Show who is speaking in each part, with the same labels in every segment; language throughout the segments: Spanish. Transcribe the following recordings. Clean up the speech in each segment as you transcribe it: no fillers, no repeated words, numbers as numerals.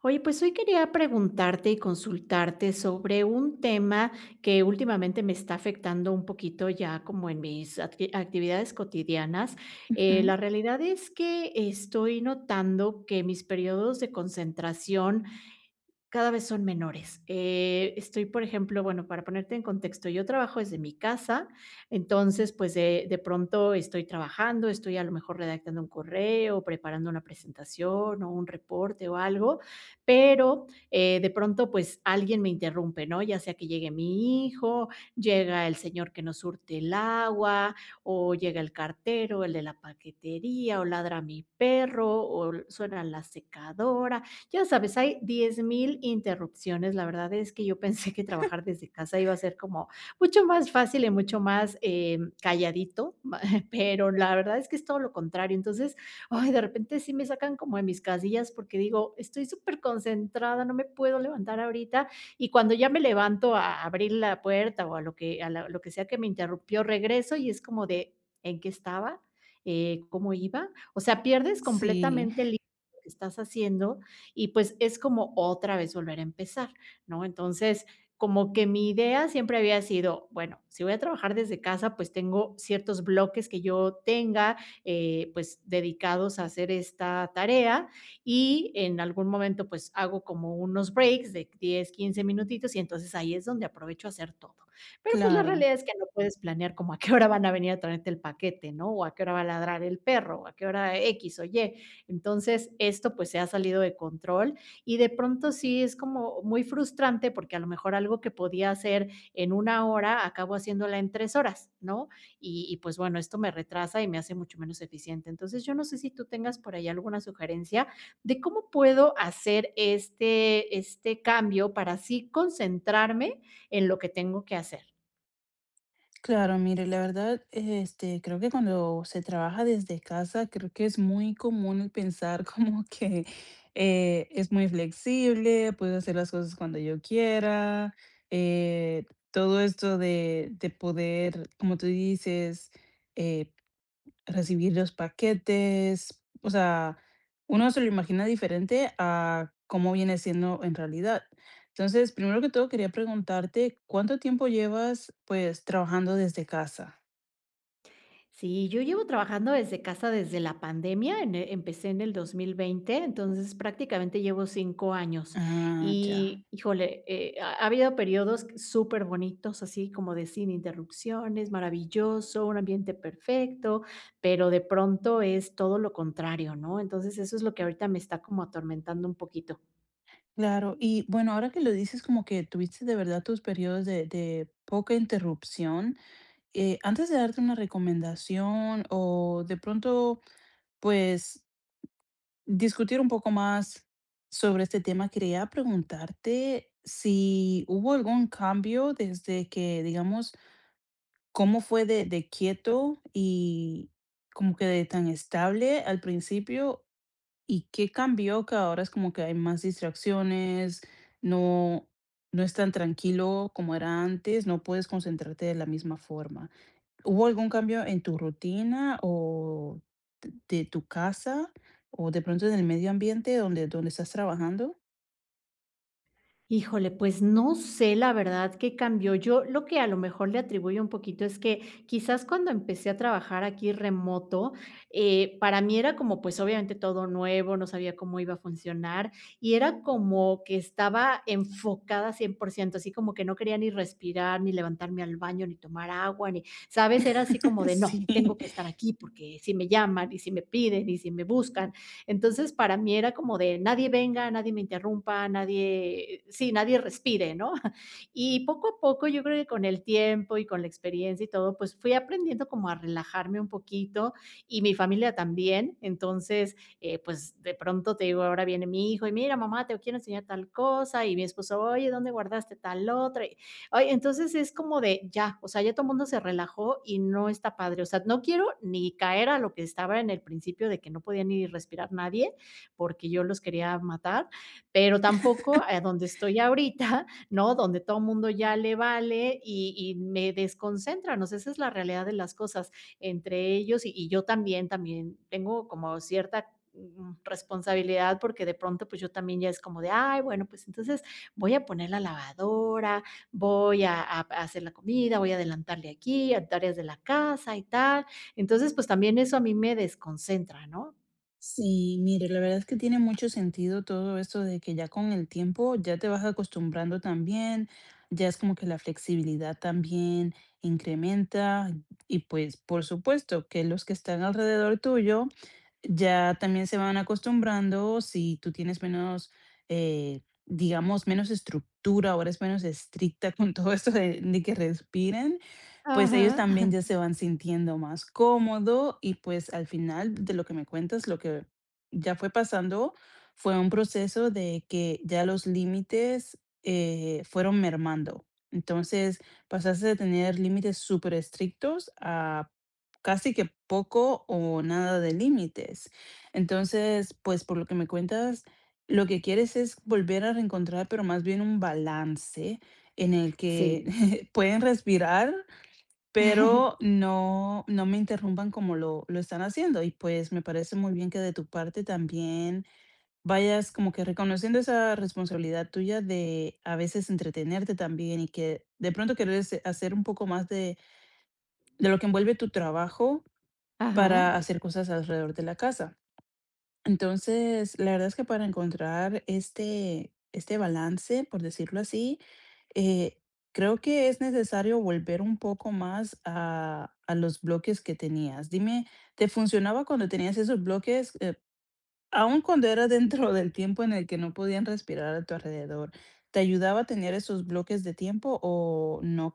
Speaker 1: Oye, pues hoy quería preguntarte y consultarte sobre un tema que últimamente me está afectando un poquito ya como en mis actividades cotidianas.
Speaker 2: Ujú.
Speaker 1: La realidad es que estoy notando que mis periodos de concentración cada vez son menores. Estoy, por ejemplo, bueno, para ponerte en contexto, yo trabajo desde mi casa. Entonces, pues de pronto estoy trabajando, estoy a lo mejor redactando un correo, preparando una presentación o un reporte o algo, pero de pronto, pues alguien me interrumpe, ¿no? Ya sea que llegue mi hijo, llega el señor que nos surte el agua, o llega el cartero, el de la paquetería, o ladra mi perro, o suena la secadora. Ya sabes, hay 10,000 interrupciones. La verdad es que yo pensé que trabajar desde casa iba a ser como mucho más fácil y mucho más, calladito, pero la verdad es que es todo lo contrario. Entonces, ay, de repente sí me sacan como de mis casillas porque digo: "Estoy súper concentrada, no me puedo levantar ahorita", y cuando ya me levanto a abrir la puerta o a lo que a la lo que sea que me interrumpió, regreso y es como de: "¿En qué estaba? ¿Cómo iba?". O sea, pierdes
Speaker 2: Sí,
Speaker 1: completamente el hilo de lo que estás haciendo y pues es como otra vez volver a empezar, ¿no? Entonces, como que mi idea siempre había sido, bueno, si voy a trabajar desde casa, pues tengo ciertos bloques que yo tenga, pues dedicados a hacer esta tarea, y en algún momento pues hago como unos breaks de 10 15 minutitos y entonces ahí es donde aprovecho a hacer todo. Pero pues la
Speaker 2: claro,
Speaker 1: realidad es que no puedes planear como a qué hora van a venir a traerte el paquete, ¿no? O a qué hora va a ladrar el perro, o a qué hora X o Y. Entonces, esto pues se ha salido de control, y de pronto sí es como muy frustrante porque a lo mejor algo que podía hacer en una hora, acabo haciéndola en 3 horas, ¿no? Y pues bueno, esto me retrasa y me hace mucho menos eficiente. Entonces, yo no sé si tú tengas por ahí alguna sugerencia de cómo puedo hacer este cambio para así concentrarme en lo que tengo que hacer.
Speaker 2: claro, mire, la verdad, este, creo que cuando se trabaja desde casa, creo que es muy común el pensar como que es muy flexible, puedo hacer las cosas cuando yo quiera. eh, Todo esto de poder, como tú dices, eh, recibir los paquetes. O sea, uno se lo imagina diferente a cómo viene siendo en realidad. Entonces, primero que todo, quería preguntarte, ¿cuánto tiempo llevas, pues, trabajando desde casa?
Speaker 1: Sí, yo llevo trabajando desde casa desde la pandemia, en e empecé en el 2020, entonces prácticamente llevo 5 años.
Speaker 2: Ah, ya,
Speaker 1: Y, híjole, ha habido periodos súper bonitos, así como de sin interrupciones, maravilloso, un ambiente perfecto, pero de pronto es todo lo contrario, ¿no? Entonces, eso es lo que ahorita me está como atormentando un poquito.
Speaker 2: claro. Y bueno, ahora que lo dices, como que tuviste de verdad tus periodos de poca interrupción. Antes de darte una recomendación o de pronto, pues, discutir un poco más sobre este tema, quería preguntarte si hubo algún cambio desde que, digamos, cómo fue de quieto y como que de tan estable al principio, y qué cambió que ahora es como que hay más distracciones. No, no es tan tranquilo como era antes, no puedes concentrarte de la misma forma. ¿Hubo algún cambio en tu rutina o de tu casa, o de pronto en el medio ambiente donde estás trabajando?
Speaker 1: Híjole, pues no sé la verdad qué cambió. Yo lo que a lo mejor le atribuyo un poquito es que quizás cuando empecé a trabajar aquí remoto, para mí era como pues obviamente todo nuevo, no sabía cómo iba a funcionar, y era como que estaba enfocada 100%, así como que no quería ni respirar, ni levantarme al baño, ni tomar agua, ni, ¿sabes? Era así como de,
Speaker 2: Sí,
Speaker 1: no, tengo que estar aquí porque si me llaman y si me piden y si me buscan. Entonces, para mí era como de nadie venga, nadie me interrumpa, nadie, sí, nadie respire, ¿no? Y poco a poco, yo creo que con el tiempo y con la experiencia y todo, pues fui aprendiendo como a relajarme un poquito, y mi familia también. Entonces, pues de pronto te digo, ahora viene mi hijo y mira, mamá, te quiero enseñar tal cosa, y mi esposo, oye, ¿dónde guardaste tal otra? Ay, entonces es como de ya, o sea, ya todo el mundo se relajó y no está padre. O sea, no quiero ni caer a lo que estaba en el principio de que no podía ni respirar nadie porque yo los quería matar, pero tampoco a donde estoy ahorita, ¿no? Donde todo el mundo ya le vale y me desconcentran. O sea, esa es la realidad de las cosas entre ellos y yo también, también tengo como cierta responsabilidad porque de pronto pues yo también ya es como de, ay, bueno, pues entonces voy a poner la lavadora, voy a hacer la comida, voy a adelantarle aquí, a tareas de la casa y tal. Entonces, pues también eso a mí me desconcentra, ¿no?
Speaker 2: sí, mire, la verdad es que tiene mucho sentido todo esto de que ya con el tiempo ya te vas acostumbrando también, ya es como que la flexibilidad también incrementa, y pues por supuesto que los que están alrededor tuyo ya también se van acostumbrando. Si tú tienes menos, digamos, menos estructura, ahora es menos estricta con todo esto de que respiren, pues ellos
Speaker 1: Ajá.
Speaker 2: también ya se van sintiendo más cómodo. Y pues al final de lo que me cuentas, lo que ya fue pasando fue un proceso de que ya los límites, fueron mermando. Entonces, pasaste de tener límites súper estrictos a casi que poco o nada de límites. Entonces, pues por lo que me cuentas, lo que quieres es volver a reencontrar, pero más bien un balance en el
Speaker 1: Sí.
Speaker 2: que pueden respirar, pero no, no me interrumpan como lo están haciendo. Y pues me parece muy bien que de tu parte también vayas como que reconociendo esa responsabilidad tuya de a veces entretenerte también, y que de pronto quieres hacer un poco más de lo que envuelve tu trabajo
Speaker 1: Ajá.
Speaker 2: para hacer cosas alrededor de la casa. Entonces, la verdad es que para encontrar este, este balance, por decirlo así, eh, creo que es necesario volver un poco más a los bloques que tenías. Dime, ¿te funcionaba cuando tenías esos bloques, aun cuando era dentro del tiempo en el que no podían respirar a tu alrededor? ¿Te ayudaba a tener esos bloques de tiempo o no?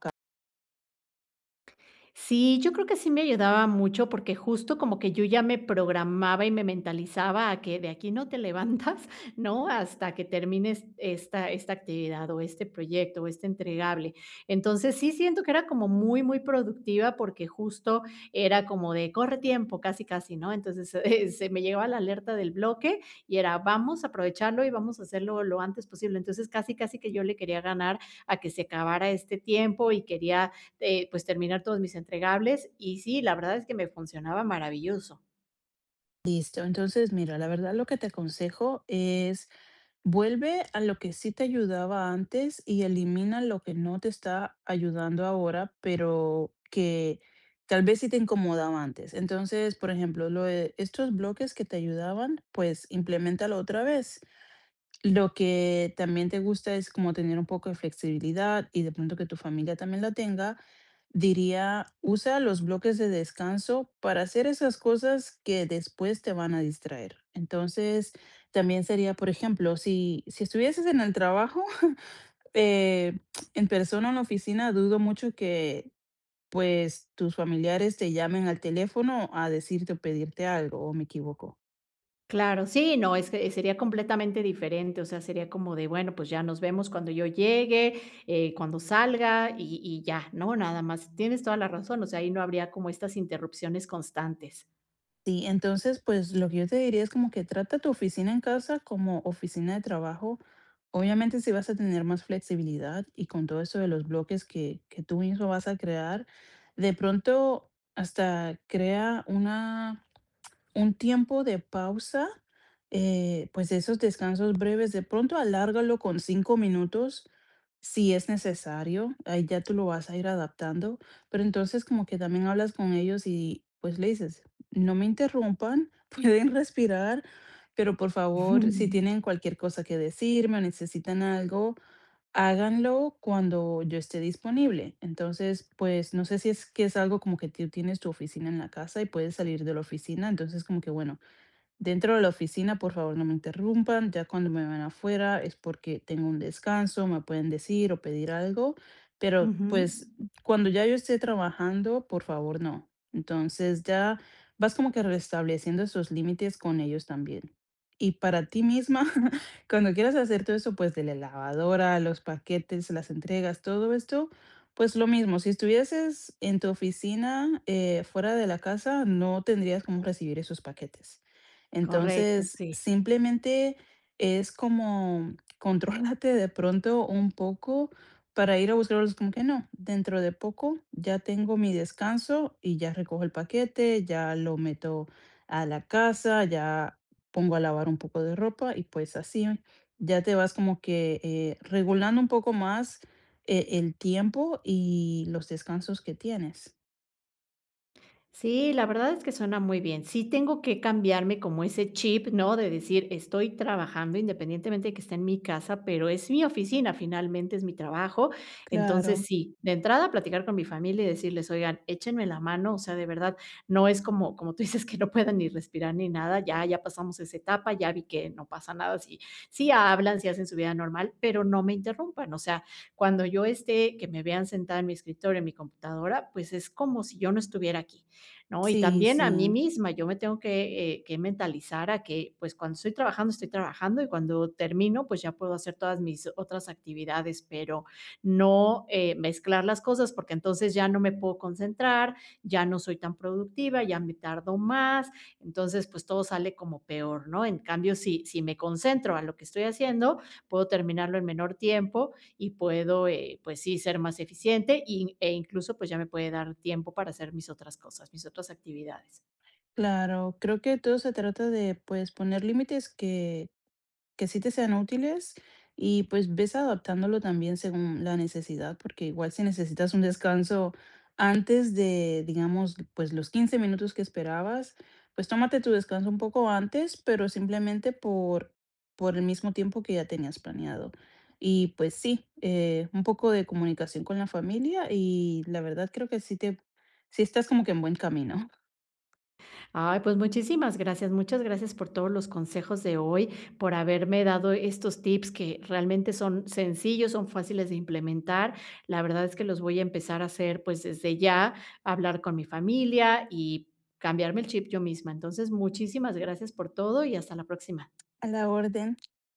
Speaker 1: Sí, yo creo que sí me ayudaba mucho, porque justo como que yo ya me programaba y me mentalizaba a que de aquí no te levantas, ¿no? Hasta que termines esta actividad, o este proyecto, o este entregable. Entonces, sí siento que era como muy, muy productiva, porque justo era como de corre tiempo, casi, casi, ¿no? Entonces, se me llegaba la alerta del bloque y era vamos a aprovecharlo y vamos a hacerlo lo antes posible. Entonces, casi, casi que yo le quería ganar a que se acabara este tiempo, y quería pues, terminar todos mis entregables. Y sí, la verdad es que me funcionaba maravilloso.
Speaker 2: Listo. Entonces, mira, la verdad lo que te aconsejo es: vuelve a lo que sí te ayudaba antes y elimina lo que no te está ayudando ahora, pero que tal vez sí te incomodaba antes. Entonces, por ejemplo, lo de estos bloques que te ayudaban, pues implementalo otra vez. Lo que también te gusta es como tener un poco de flexibilidad y de pronto que tu familia también la tenga. Diría, usa los bloques de descanso para hacer esas cosas que después te van a distraer. Entonces, también sería, por ejemplo, si, si estuvieses en el trabajo, eh, en persona en la oficina, dudo mucho que pues tus familiares te llamen al teléfono a decirte o pedirte algo, ¿o me equivoco?
Speaker 1: Claro, sí, no, es que sería completamente diferente. O sea, sería como de, bueno, pues ya nos vemos cuando yo llegue, cuando salga y ya, ¿no? Nada más, tienes toda la razón, o sea, ahí no habría como estas interrupciones constantes.
Speaker 2: Sí, entonces, pues lo que yo te diría es como que trata tu oficina en casa como oficina de trabajo. Obviamente, si vas a tener más flexibilidad y con todo eso de los bloques que tú mismo vas a crear, de pronto hasta crea una un tiempo de pausa. Pues esos descansos breves, de pronto alárgalo con 5 minutos si es necesario, ahí ya tú lo vas a ir adaptando. Pero entonces como que también hablas con ellos y pues le dices, no me interrumpan, pueden respirar, pero por favor, si tienen cualquier cosa que decirme o necesitan algo, háganlo cuando yo esté disponible. Entonces, pues, no sé, si es que es algo como que tú tienes tu oficina en la casa y puedes salir de la oficina, entonces como que, bueno, dentro de la oficina, por favor, no me interrumpan. Ya cuando me van afuera es porque tengo un descanso, me pueden decir o pedir algo, pero
Speaker 1: Ujú.
Speaker 2: pues cuando ya yo esté trabajando, por favor, no. Entonces ya vas como que restableciendo esos límites con ellos también. Y para ti misma, cuando quieras hacer todo eso, pues de la lavadora, los paquetes, las entregas, todo esto, pues lo mismo, si estuvieses en tu oficina fuera de la casa, no tendrías cómo recibir esos paquetes.
Speaker 1: Correcto,
Speaker 2: Entonces,
Speaker 1: sí.
Speaker 2: simplemente es como contrólate de pronto un poco para ir a buscarlos. Como que no, dentro de poco ya tengo mi descanso y ya recojo el paquete, ya lo meto a la casa, ya pongo a lavar un poco de ropa, y pues así ya te vas como que regulando un poco más el tiempo y los descansos que tienes.
Speaker 1: Sí, la verdad es que suena muy bien. Sí tengo que cambiarme como ese chip, ¿no? De decir, estoy trabajando independientemente de que esté en mi casa, pero es mi oficina, finalmente es mi trabajo. Entonces,
Speaker 2: Claro,
Speaker 1: sí, de entrada platicar con mi familia y decirles, oigan, échenme la mano, o sea, de verdad, no es como, como tú dices, que no puedan ni respirar ni nada, ya, ya pasamos esa etapa, ya vi que no pasa nada, si, si hablan, si hacen su vida normal, pero no me interrumpan. O sea, cuando yo esté, que me vean sentada en mi escritorio, en mi computadora, pues es como si yo no estuviera aquí, ¿no? Y
Speaker 2: sí,
Speaker 1: también a mí
Speaker 2: sí.
Speaker 1: misma, yo me tengo que mentalizar a que, pues cuando estoy trabajando, estoy trabajando, y cuando termino, pues ya puedo hacer todas mis otras actividades, pero no mezclar las cosas porque entonces ya no me puedo concentrar, ya no soy tan productiva, ya me tardo más, entonces pues todo sale como peor, ¿no? En cambio, si me concentro a lo que estoy haciendo, puedo terminarlo en menor tiempo y puedo, pues sí, ser más eficiente e incluso pues ya me puede dar tiempo para hacer mis otras cosas, mis otras actividades.
Speaker 2: Claro, creo que todo se trata de, pues, poner límites que sí te sean útiles, y pues ves adaptándolo también según la necesidad, porque igual si necesitas un descanso antes de, digamos, pues los 15 minutos que esperabas, pues tómate tu descanso un poco antes, pero simplemente por el mismo tiempo que ya tenías planeado. Y pues sí, un poco de comunicación con la familia y la verdad creo que sí te, sí estás como que en buen camino.
Speaker 1: Ay, pues muchísimas gracias, muchas gracias por todos los consejos de hoy, por haberme dado estos tips que realmente son sencillos, son fáciles de implementar. La verdad es que los voy a empezar a hacer pues desde ya, hablar con mi familia y cambiarme el chip yo misma. Entonces, muchísimas gracias por todo y hasta la próxima.
Speaker 2: A la orden.